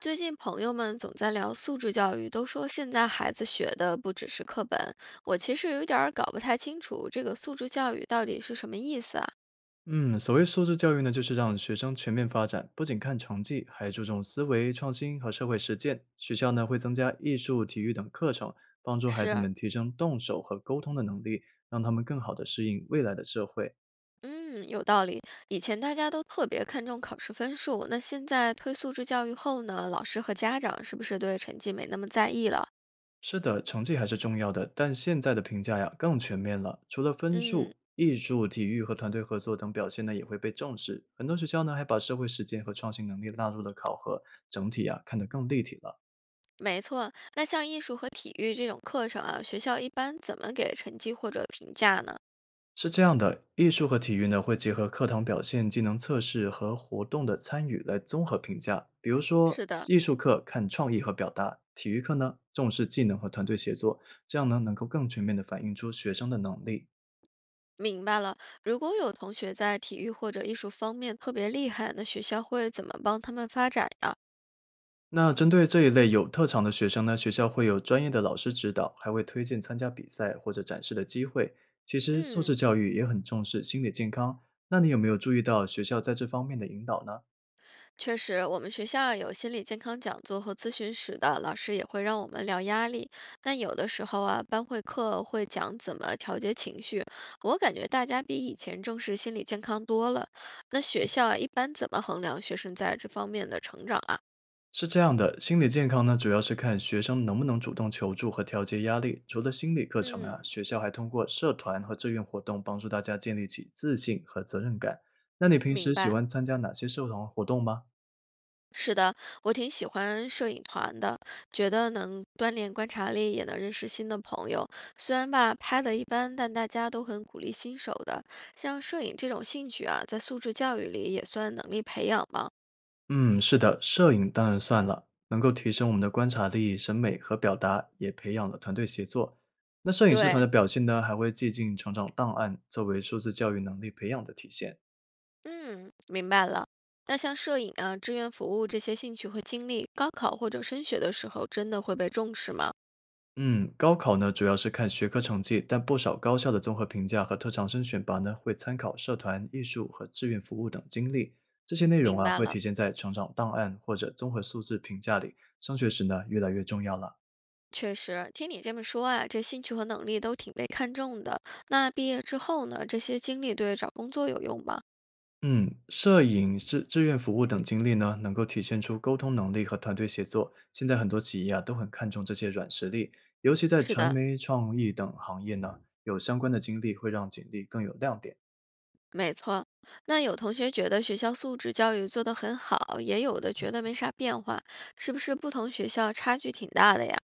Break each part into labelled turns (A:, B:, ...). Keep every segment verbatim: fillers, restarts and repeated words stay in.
A: 最近朋友们总在聊素质教育，都说现在孩子学的不只是课本。我其实有点儿搞不太清楚这个素质教育到底是什么意思啊？
B: 嗯，所谓素质教育呢，就是让学生全面发展，不仅看成绩，还注重思维创新和社会实践。学校呢会增加艺术、体育等课程，帮助孩子
A: 是，
B: 们提升动手和沟通的能力，让他们更好的适应未来的社会。
A: 嗯，有道理。以前大家都特别看重考试分数，那现在推素质教育后呢，老师和家长是不是对成绩没那么在意了？
B: 是的，成绩还是重要的，但现在的评价呀更全面了，除了分
A: 嗯，
B: 数，艺术、体育和团队合作等表现呢也会被重视。很多学校呢还把社会实践和创新能力纳入了考核，整体啊看得更立体了。
A: 没错。那像艺术和体育这种课程啊，学校一般怎么给成绩或者评价呢？
B: 是这样的，艺术和体育呢，会结合课堂表现、技能测试和活动的参与来综合评价。比如说，
A: 是的。
B: 艺术课看创意和表达，体育课呢重视技能和团队协作，这样呢能够更全面的反映出学生的能力。
A: 明白了。如果有同学在体育或者艺术方面特别厉害，那学校会怎么帮他们发展呀？
B: 那针对这一类有特长的学生呢，学校会有专业的老师指导，还会推荐参加比赛或者展示的机会。其实，素质
A: 嗯，
B: 教育也很重视心理健康。那你有没有注意到学校在这方面的引导呢？
A: 确实，我们学校有心理健康讲座和咨询室的，老师也会让我们聊压力。那有的时候啊，班会课会讲怎么调节情绪，我感觉大家比以前重视心理健康多了。那学校啊，一般怎么衡量学生在这方面的成长啊？
B: 是这样的，心理健康呢，主要是看学生能不能主动求助和调节压力。除了心理课程啊，
A: 嗯，
B: 学校还通过社团和志愿活动帮助大家建立起自信和责任感。那你平
A: 明
B: 时喜
A: 白。
B: 欢参加哪些社团活动吗？
A: 是的，我挺喜欢摄影团的，觉得能锻炼观察力，也能认识新的朋友。虽然吧，拍的一般，但大家都很鼓励新手的。像摄影这种兴趣啊，在素质教育里也算能力培养吗？
B: 嗯，是的，摄影当然算了，能够提升我们的观察力、审美和表达，也培养了团队协作。那摄影社团的
A: 对，
B: 表现呢，还会记进成长档案，作为数字教育能力培养的体现。
A: 嗯，明白了。那像摄影啊、志愿服务这些兴趣和经历，高考或者升学的时候真的会被重视吗？
B: 嗯，高考呢主要是看学科成绩，但不少高校的综合评价和特长生选拔呢会参考社团、艺术和志愿服务等经历。这些内容
A: 明
B: 啊
A: 白
B: 会
A: 了。
B: 体现在成长档案或者综合素质评价里，升学时呢越来越重要了。
A: 确实，听你这么说啊，这兴趣和能力都挺被看重的。那毕业之后呢，这些经历对找工作有用吗？
B: 嗯，摄影志志愿服务等经历呢，能够体现出沟通能力和团队协作。现在很多企业啊都很看重这些软实力，尤其在
A: 是
B: 传
A: 的，
B: 媒、创意等行业呢，有相关的经历会让简历更有亮点。
A: 没错。那有同学觉得学校素质教育做得很好，也有的觉得没啥变化，是不是不同学校差距挺大的呀？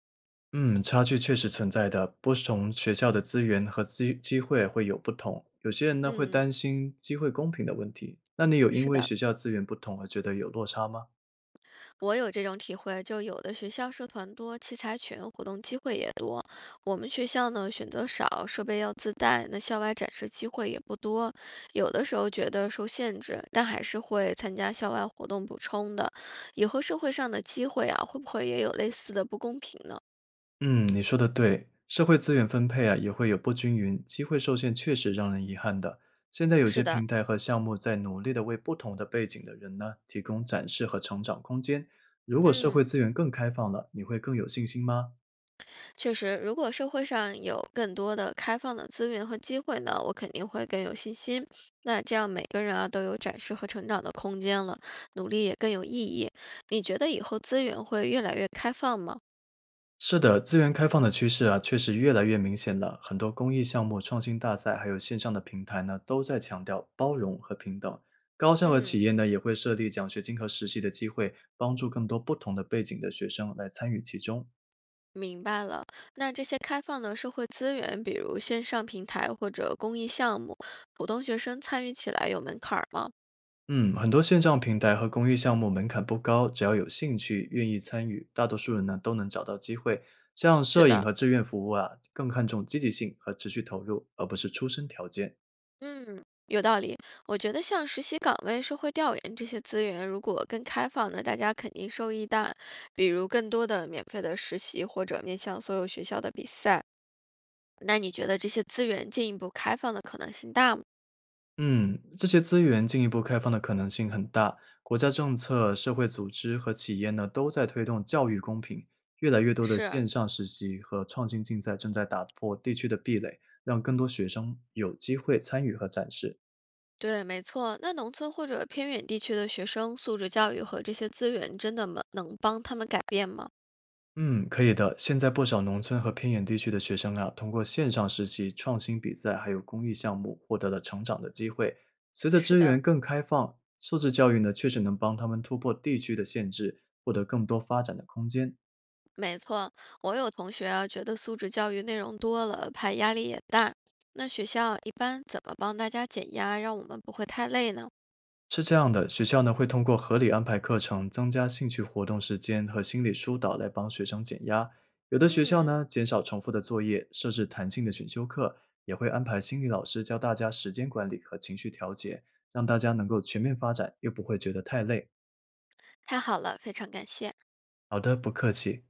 B: 嗯，差距确实存在的。不同学校的资源和机机会会有不同，有些人呢会
A: 嗯，
B: 担心机会公平的问题。那你有因
A: 是
B: 为
A: 的。
B: 学校资源不同而觉得有落差吗？
A: 我有这种体会，就有的学校社团多，器材全，活动机会也多。我们学校呢，选择少，设备要自带，那校外展示机会也不多。有的时候觉得受限制，但还是会参加校外活动补充的。以后社会上的机会啊，会不会也有类似的不公平呢？
B: 嗯，你说的对，社会资源分配啊也会有不均匀，机会受限确实让人遗憾的。现在有些
A: 是的，
B: 平台和项目在努力的为不同的背景的人呢提供展示和成长空间。如果社会
A: 嗯。
B: 资源更开放了，你会更有信心吗？
A: 确实，如果社会上有更多的开放的资源和机会呢，我肯定会更有信心。那这样每个人啊都有展示和成长的空间了，努力也更有意义。你觉得以后资源会越来越开放吗？
B: 是的，资源开放的趋势啊，确实越来越明显了。很多公益项目、创新大赛，还有线上的平台呢，都在强调包容和平等。高校和企
A: 嗯，
B: 业呢，也会设立奖学金和实习的机会，帮助更多不同的背景的学生来参与其中。
A: 明白了。那这些开放的社会资源，比如线上平台或者公益项目，普通学生参与起来有门槛儿吗？
B: 嗯，很多线上平台和公益项目门槛不高，只要有兴趣、愿意参与，大多数人呢都能找到机会。像
A: 是
B: 摄影
A: 的，
B: 和志愿服务啊，更看重积极性和持续投入，而不是出身条件。
A: 嗯，有道理。我觉得像实习岗位、社会调研这些资源，如果更开放呢，大家肯定受益大。比如更多的免费的实习，或者面向所有学校的比赛。那你觉得这些资源进一步开放的可能性大吗？
B: 嗯，这些资源进一步开放的可能性很大。国家政策、社会组织和企业呢，都在推动教育公平。越来越多的
A: 是，
B: 线上实习和创新竞赛正在打破地区的壁垒，让更多学生有机会参与和展示。
A: 对，没错。那农村或者偏远地区的学生素质教育和这些资源，真的能能帮他们改变吗？
B: 嗯，可以的。现在不少农村和偏远地区的学生啊，通过线上实习、创新比赛还有公益项目，获得了成长的机会。随着
A: 是
B: 资
A: 的。
B: 源更开放，素质教育呢，确实能帮他们突破地区的限制，获得更多发展的空间。
A: 没错，我有同学啊，觉得素质教育内容多了，怕压力也大。那学校一般怎么帮大家减压，让我们不会太累呢？
B: 是这样的，学校呢会通过合理安排课程，增加兴趣活动时间和心理疏导来帮学生减压。有的学校
A: 嗯，
B: 呢减少重复的作业，设置弹性的选修课，也会安排心理老师教大家时间管理和情绪调节，让大家能够全面发展，又不会觉得太累。
A: 太好了，非常感谢。
B: 好的，不客气。